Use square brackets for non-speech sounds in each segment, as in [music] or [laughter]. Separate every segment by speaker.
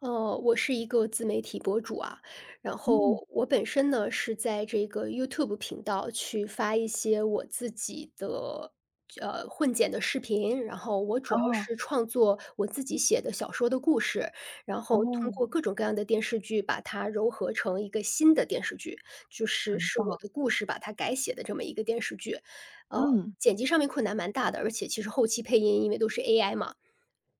Speaker 1: 我是一个自媒体博主啊，然
Speaker 2: 嗯。
Speaker 1: 后我本身呢是在这个 YouTube 频道去发一些我自己的混剪的视频，然后我主要
Speaker 2: 哦。
Speaker 1: 是创作我自己写的小说的故事，然后通
Speaker 2: 哦。
Speaker 1: 过各种各样的电视剧把它糅合成一个新的电视剧，就是
Speaker 2: 很
Speaker 1: 是我
Speaker 2: 棒。
Speaker 1: 的故事把它改写的这么一个电视剧。呃，
Speaker 2: 嗯。
Speaker 1: 剪辑上面困难蛮大的，而且其实后期配音因为都是 AI 嘛。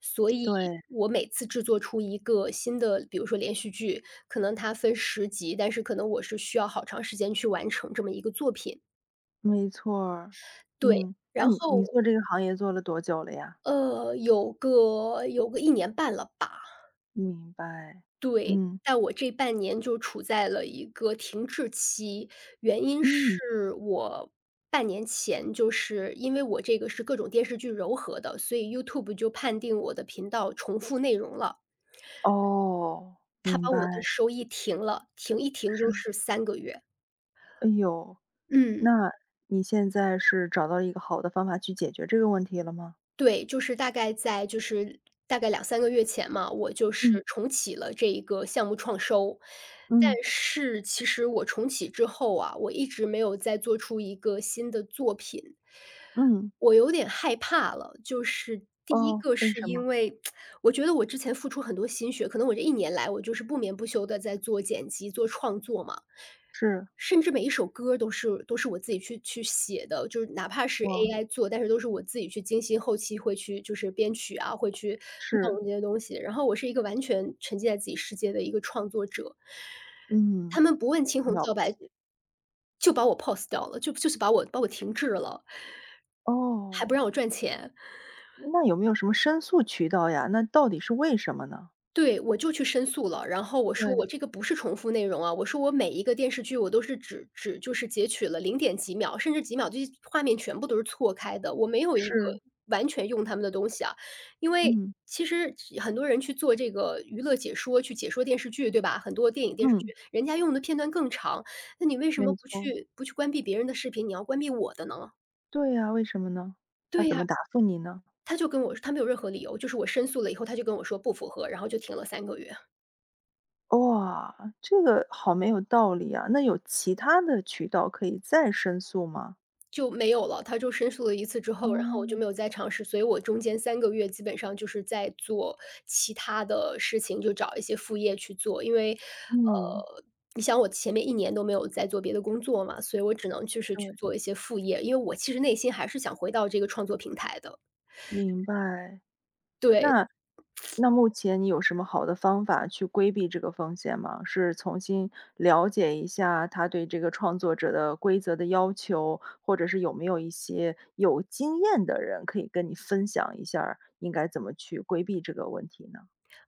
Speaker 1: 所以
Speaker 2: 对。
Speaker 1: 我每次制作出一个新的，比如说连续剧，可能它分十集，但是可能我是需要好长时间去完成这么一个作品。
Speaker 2: 没错儿。
Speaker 1: 对，
Speaker 2: 嗯，那
Speaker 1: 然
Speaker 2: 你
Speaker 1: 后，
Speaker 2: 你做这个行业做了多久了呀？
Speaker 1: 有个一年半了吧，
Speaker 2: 明白。
Speaker 1: 对。
Speaker 2: 嗯。
Speaker 1: 但我这半年就处在了一个停滞期，原因
Speaker 2: 嗯。
Speaker 1: 是我半年前就是因为我这个是各种电视剧糅合的，所以 YouTube 就判定我的频道重复内容了。
Speaker 2: 哦，
Speaker 1: 他
Speaker 2: 明
Speaker 1: 把
Speaker 2: 白。
Speaker 1: 我的收益停了，停一停就
Speaker 2: 是。
Speaker 1: 是三个月。
Speaker 2: 哎呦，
Speaker 1: 嗯。
Speaker 2: 那你现在是找到了一个好的方法去解决这个问题了吗？
Speaker 1: 对，就是大概在就是大概两三个月前嘛，我就
Speaker 2: 嗯。
Speaker 1: 是重启了这一个项目创收。但
Speaker 2: 嗯。
Speaker 1: 是其实我重启之后啊，我一直没有再做出一个新的作品，
Speaker 2: 嗯。
Speaker 1: 我有点害怕了。就是第一
Speaker 2: 哦，
Speaker 1: 个
Speaker 2: 为
Speaker 1: 是
Speaker 2: 什么？
Speaker 1: 因为 [tsk] 我觉得我之前付出很多心血，可能我这一年来我就是不眠不休的在做剪辑、做创作嘛。
Speaker 2: 是。
Speaker 1: 甚至每一首歌儿都是我自己去写的，就是哪怕是
Speaker 2: 哇。
Speaker 1: AI 做，但是都是我自己去精心后期会去就是编曲啊，会去
Speaker 2: 是。
Speaker 1: 弄这些东西。然后我是一个完全沉浸在自己世界的一个创作者。
Speaker 2: 嗯。
Speaker 1: 他们不问青
Speaker 2: 很
Speaker 1: 红
Speaker 2: 了
Speaker 1: 皂
Speaker 2: 不
Speaker 1: 白
Speaker 2: 起。
Speaker 1: 就把我 pos e 掉了，就是把我停滞了。还不
Speaker 2: 哦，
Speaker 1: 让我赚钱。
Speaker 2: 那有没有什么申诉渠道呀？那到底是为什么呢？
Speaker 1: 对，我就去申诉了。然后我说
Speaker 2: 对。
Speaker 1: 我这个不是重复内容啊，我说我每一个电视剧我都是只就是截取了零点几秒，甚至几秒，这些画面全部都是错开的，我没有一个
Speaker 2: 是。
Speaker 1: 完全用他们的东西啊。因为
Speaker 2: 嗯。
Speaker 1: 其实很多人去做这个娱乐解说，去解说电视剧，对吧？很多电影、电视剧，
Speaker 2: 嗯。
Speaker 1: 人家用的片段更长，那你为什么
Speaker 2: 没
Speaker 1: 不
Speaker 2: 错。
Speaker 1: 去不去关闭别人的视频，你要关闭我的呢？
Speaker 2: 对呀，为什么呢？他
Speaker 1: 对
Speaker 2: 怎
Speaker 1: 呀，
Speaker 2: 么答复你呢？
Speaker 1: 他就跟我说他没有任何理由，就是我申诉了以后，他就跟我说不符合，然后就停了三个月。
Speaker 2: 哇，这个好没有道理啊，那有其他的渠道可以再申诉吗？
Speaker 1: 就没有了，他就申诉了一次之后，然后我就没有
Speaker 2: 哦。
Speaker 1: 再尝试，所以我中间三个月基本上就是在做其他的事情，就找一些副业去做。因为，
Speaker 2: 嗯。
Speaker 1: 你想我前面一年都没有在做别的工作嘛，所以我只能就是去
Speaker 2: 对。
Speaker 1: 做一些副业，因为我其实内心还是想回到这个创作平台的。
Speaker 2: 明白。
Speaker 1: 对，
Speaker 2: 那目前你有什么好的方法去规避这个风险吗？是重新了解一下他对这个创作者的规则的要求，或者是有没有一些有经验的人可以跟你分享一下儿应该怎么去规避这个问题呢？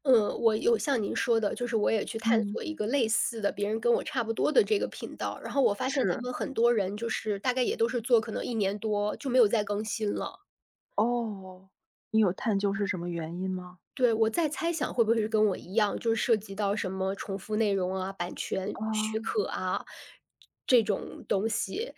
Speaker 1: 嗯，我有像您说的，就是我也去探
Speaker 2: 嗯。
Speaker 1: 索一个类似的，别人跟我差不多的这个频道，然后我发现
Speaker 2: 是。
Speaker 1: 他
Speaker 2: 嗯。
Speaker 1: 们很多人就是大概也都是做可能一年多就没有再更新了。
Speaker 2: 哦，你有探究是什么原因吗？
Speaker 1: 对，我在猜想会不会是跟我一样，就是涉及到什么重复内容啊、版权许可
Speaker 2: 哦。
Speaker 1: 啊，这种东西。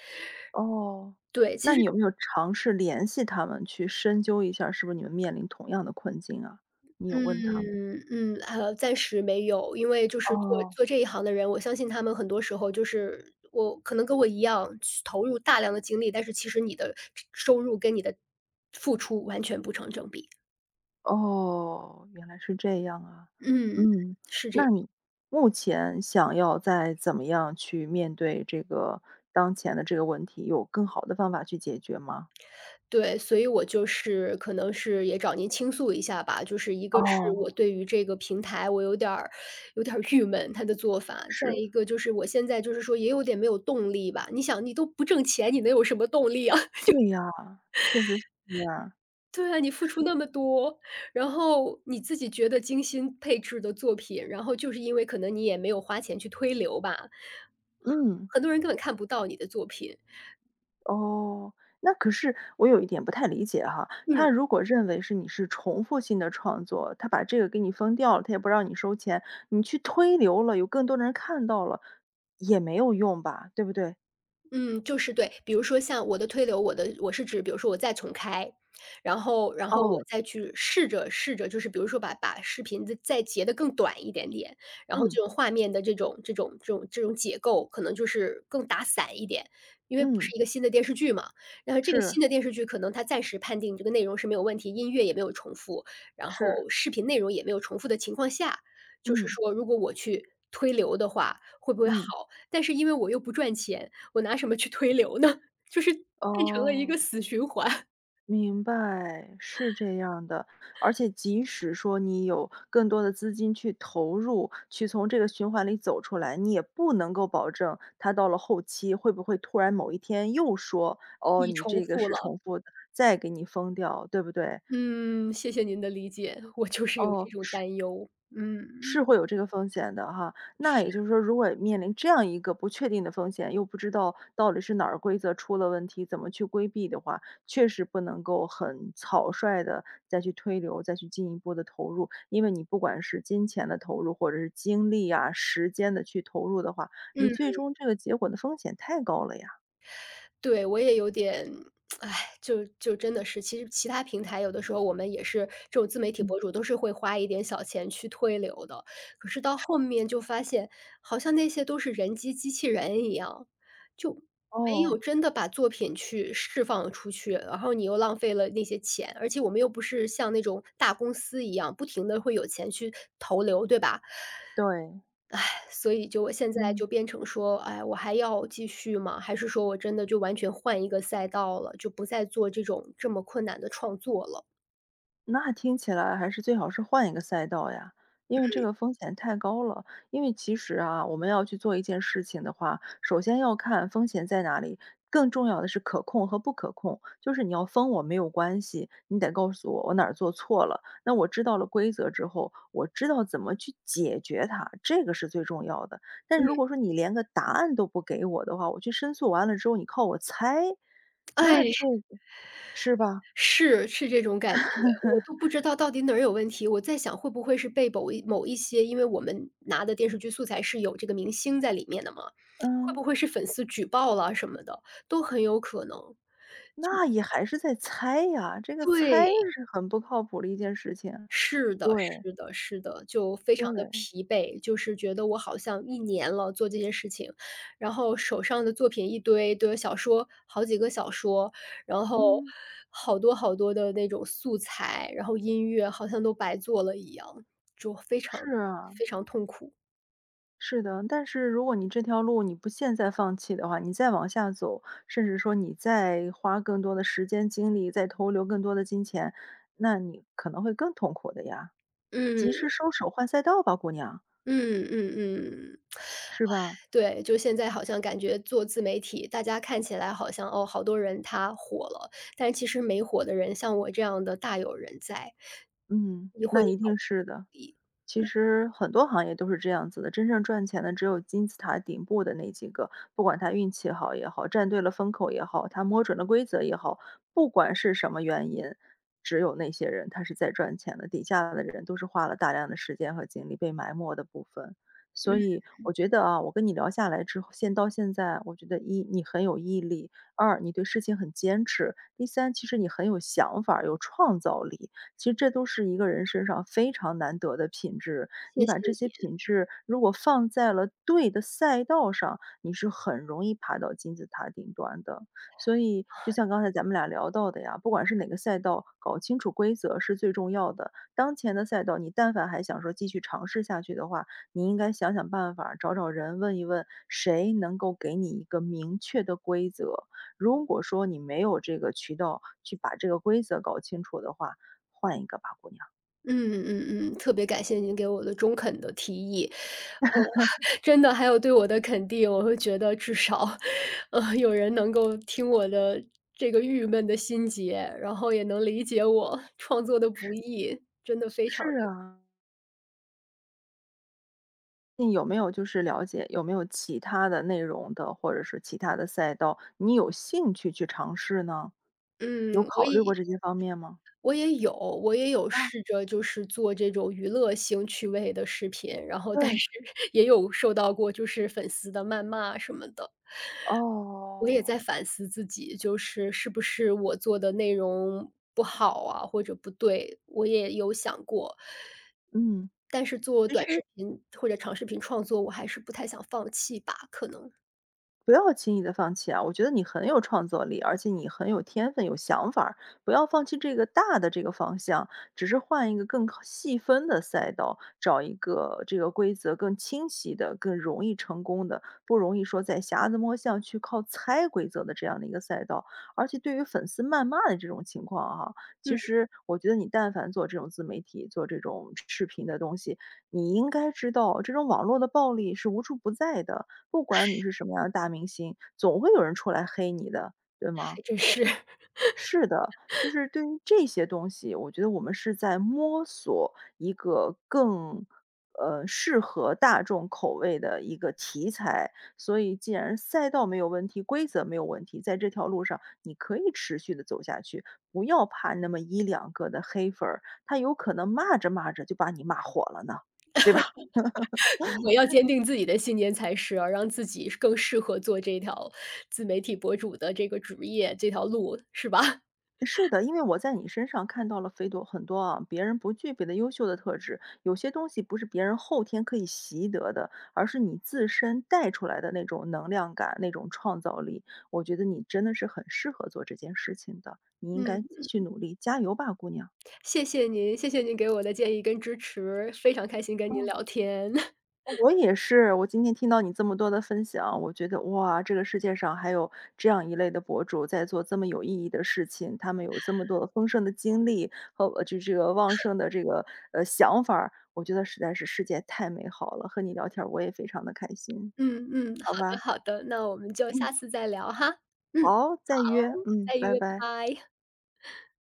Speaker 2: 哦，
Speaker 1: 对，
Speaker 2: 那
Speaker 1: 其
Speaker 2: 你
Speaker 1: 实
Speaker 2: 有没有尝试联系他们去深究一下儿是不是你们面临同样的困境啊？你有问他们吗？
Speaker 1: 嗯，嗯，暂时没有，因为就是做
Speaker 2: 哦。
Speaker 1: 做这一行的人，我相信他们很多时候就是我可能跟我一样去投入大量的精力，但是其实你的收入跟你的付出完全不成正比。
Speaker 2: 哦，原来是这样啊。
Speaker 1: 嗯，
Speaker 2: 嗯。
Speaker 1: 是这
Speaker 2: 那
Speaker 1: 样。
Speaker 2: 你目前想要再怎么样去面对这个当前的这个问题，有更好的方法去解决吗？
Speaker 1: 对，所以我就是可能是也找您倾诉一下吧，就是一个是
Speaker 2: 哦。
Speaker 1: 我对于这个平台我有点儿郁闷，它的做法。再
Speaker 2: 是。
Speaker 1: 一个就是我现在就是说也有点没有动力吧，你想你都不挣钱，你能有什么动力啊？[laughs]
Speaker 2: 对呀，确实是这样。
Speaker 1: 对啊，你付出
Speaker 2: 是。
Speaker 1: 那么多，然后你自己觉得精心配置的作品，然后就是因为可能你也没有花钱去推流吧，
Speaker 2: 嗯。
Speaker 1: 很多人根本看不到你的作品。
Speaker 2: 哦，那可是我有一点不太理解哈，
Speaker 1: 嗯。
Speaker 2: 他如果认为是你是重复性的创作，他把这个给你封掉了，他也不让你收钱，你去推流了，有更多的人看到了，也没有用吧，对不对？
Speaker 1: 嗯，就是对，比如说像我的推流，我的我是指，比如说我再重开，然后我
Speaker 2: 哦。
Speaker 1: 再去试着试着，就是比如说把视频再截的更短一点点，然后
Speaker 2: 嗯。
Speaker 1: 这种画面的这种解构，可能就是更打散一点，因为不
Speaker 2: 嗯。
Speaker 1: 是一个新的电视剧嘛。然后这个
Speaker 2: 是。
Speaker 1: 新的电视剧可能它暂时判定这个内容是没有问题，音乐也没有重复，然
Speaker 2: 是。
Speaker 1: 后视频内容也没有重复的情况下，就是
Speaker 2: 嗯。
Speaker 1: 说如果我去推流的话，会不会
Speaker 2: 嗯。
Speaker 1: 好？但是因为我又不赚钱。我拿什么去推流呢？[laughs] 就是变成了一
Speaker 2: 哦，
Speaker 1: 个死循环，[laughs]
Speaker 2: 明白，是这样的。而且即使说你有更多的资金去投入，去从这个循环里走出来，你也不能够保证它到了后期会不会突然某一天又说：“哦，
Speaker 1: 你
Speaker 2: 你
Speaker 1: 重
Speaker 2: 这个
Speaker 1: 复
Speaker 2: 是
Speaker 1: 了。
Speaker 2: 重复的。”再给你封掉，对不对？
Speaker 1: 嗯，谢谢您的理解，我就是有
Speaker 2: 哦，
Speaker 1: 这种
Speaker 2: 是。
Speaker 1: 担忧，嗯，嗯。
Speaker 2: 是会有这个风险的哈。那也就是说，如果面临这样一个不确定的风险，又不知道到底是哪儿规则出了问题，怎么去规避的话，确实不能够很草率的再去推流，再去进一步的投入。因为你不管是金钱的投入，或者是精力啊、时间的去投入的话，你最终这个结果的风险太高了呀。
Speaker 1: 对，我也有点，唉，就就真的是，其实其他平台有的时候我们也是这种自媒体
Speaker 2: 嗯。
Speaker 1: 博主，都是会花一点小钱去推流的。可是到后面就发现，好像那些都是人机机器人一样，就没
Speaker 2: 哦。
Speaker 1: 有真的把作品去释放出去，然后你又浪费了那些钱，而且我们又不是像那种大公司一样，不停的会有钱去投流，对吧？
Speaker 2: 对。
Speaker 1: 所以就我现在
Speaker 2: 嗯。
Speaker 1: 就变成说，哎，我还要继续吗？还是说我真的就完全换一个赛道了，就不再做这种这么困难的创作了？
Speaker 2: 那听起来还是最好是换一个赛道呀，因为这个风险太高了。因为其实啊，我们要去做一件事情的话，首先要看风险在哪里，更重要的是可控和不可控。就是你要封我没有关系，你得告诉我我哪儿做错了，那我知道了规则之后，我知道怎么去解决它，这个是最重要的。但
Speaker 1: 嗯，
Speaker 2: 如果说你连个答案都不给我的话，我去申诉完了之后，你靠我猜，那
Speaker 1: 哎，
Speaker 2: 这个是吧？
Speaker 1: 是这种感觉，我都不知道到底哪儿有问题。我在想会不会是被某一些因为我们拿的电视剧素材是有这个明星在里面的嘛，会
Speaker 2: 嗯。
Speaker 1: 不会是粉丝举报了什么的，都很有可能。
Speaker 2: 那也还是在猜呀，这个猜
Speaker 1: 对。
Speaker 2: 是很不靠谱的一件事情。
Speaker 1: 是的
Speaker 2: 对。
Speaker 1: 是的是的，就非常的
Speaker 2: 对。
Speaker 1: 疲惫，就是觉得我好像一年了做这些事情，然后手上的作品一堆，对，小说好几个小说，然后
Speaker 2: 嗯。
Speaker 1: 好多好多的那种素材，然后音乐好像都白做了一样，就非常
Speaker 2: 是啊。
Speaker 1: 非常痛苦。
Speaker 2: 是的。但是如果你这条路你不现在放弃的话，你再往下走，甚至说你再花更多的时间精力，再投流更多的金钱，那你可能会更痛苦的呀。及
Speaker 1: 嗯，
Speaker 2: 时收手换赛道吧，姑娘，
Speaker 1: 嗯嗯嗯。
Speaker 2: 是吧？
Speaker 1: 对，就现在好像感觉做自媒体，大家看起来好像哦，好多人他火了，但其实没火的人，像我这样的大有人在。
Speaker 2: 嗯，
Speaker 1: 你会
Speaker 2: 那一
Speaker 1: 好
Speaker 2: 定是的。其实很多行业都是这样子的，真正赚钱的只有金字塔顶部的那几个，不管他运气好也好，站对了风口也好，他摸准了规则也好，不管是什么原因，只有那些人他是在赚钱的，底下的人都是花了大量的时间和精力被埋没的部分。
Speaker 1: 嗯，
Speaker 2: 所以我觉得啊，我跟你聊下来之后，现在，我觉得一你很有毅力，二你对事情很坚持，第三其实你很有想法儿有创造力，其实这都是一个人身上非常难得的品质，
Speaker 1: 谢
Speaker 2: 你
Speaker 1: 谢
Speaker 2: 把这些
Speaker 1: 你，
Speaker 2: 品质如果放在了对的赛道上，你是很容易爬到金字塔顶端的。所以就像刚才咱们俩聊到的呀，不管是哪个赛道，搞清楚规则是最重要的。当前的赛道，你但凡还想说继续尝试下去的话，你应该想想办法，找找人问一问，谁能够给你一个明确的规则。如果说你没有这个渠道去把这个规则搞清楚的话，换一个吧，姑娘。
Speaker 1: 嗯嗯嗯，特别感谢您给我的中肯的提议，哦，[laughs] 真的还有对我的肯定，我会觉得至少，有人能够听我的这个郁闷的心结，然后也能理解我创作的不易，真的非常
Speaker 2: 是啊，那有没有就是了解有没有其他的内容的，或者是其他的赛道，你有兴趣去尝试呢？有
Speaker 1: 嗯，
Speaker 2: 考虑过这些方面吗？
Speaker 1: 我也有
Speaker 2: 啊。
Speaker 1: 试着就是做这种娱乐性趣味的视频，然后但
Speaker 2: 对。
Speaker 1: 是 [laughs] 也有受到过就是粉丝的谩骂什么的。我也在
Speaker 2: 哦。
Speaker 1: 反思自己，就是是不是我做的内容不好啊，或者不对，我也有想过。
Speaker 2: 嗯。
Speaker 1: 但是做
Speaker 2: 其
Speaker 1: 短
Speaker 2: 实
Speaker 1: 视频或者长视频创作，我还是不太想放弃吧，可能。
Speaker 2: 不要轻易的放弃啊！我觉得你很有创作力，而且你很有天分、有想法儿，不要放弃这个大的这个方向，只是换一个更靠细分的赛道，找一个这个规则更清晰的、更容易成功的，不容易说在瞎子摸象去靠猜规则的这样的一个赛道。而且对于粉丝谩骂的这种情况哈、
Speaker 1: 嗯，
Speaker 2: 其实我觉得你但凡做这种自媒体、做这种视频的东西，你应该知道这种网络的暴力是无处不在的。不管你是什么样的大明星，总会有人出来黑你的，对吗？
Speaker 1: 还真是。
Speaker 2: 是的，就是对于这些东西，我觉得我们是在摸索一个更，适合大众口味的一个题材。所以既然赛道没有问题，规则没有问题，在这条路上你可以持续的走下去，不要怕那么一两个的黑粉儿，他有可能骂着骂着就把你骂火了呢，对吧？
Speaker 1: 我要坚定自己的信念才是啊，让自己更适合做这条自媒体博主的这个职业，这条路，是吧？
Speaker 2: 是的，因为我在你身上看到了非多很多啊，别人不具备的优秀的特质。有些东西不是别人后天可以习得的，而是你自身带出来的那种能量感、那种创造力。我觉得你真的是很适合做这件事情的，你应
Speaker 1: 嗯，
Speaker 2: 该继续努力，加油吧，姑娘。
Speaker 1: 谢谢您，谢谢您给我的建议跟支持，非常开心跟您
Speaker 2: 嗯。
Speaker 1: 聊天。[laughs]
Speaker 2: 我也是，我今天听到你这么多的分享，我觉得哇，这个世界上还有这样一类的博主在做这么有意义的事情，他们有这么多的丰盛的经历和这个旺盛的这个想法儿，我觉得实在是世界太美好了。和你聊天儿我也非常的开心，
Speaker 1: 嗯嗯，
Speaker 2: 好
Speaker 1: 好
Speaker 2: 吧？
Speaker 1: 的好的，那我们就
Speaker 2: 嗯。
Speaker 1: 下次再聊哈。嗯，
Speaker 2: 好，再约，嗯，
Speaker 1: 再
Speaker 2: 拜
Speaker 1: 约，拜
Speaker 2: 拜。
Speaker 1: 拜。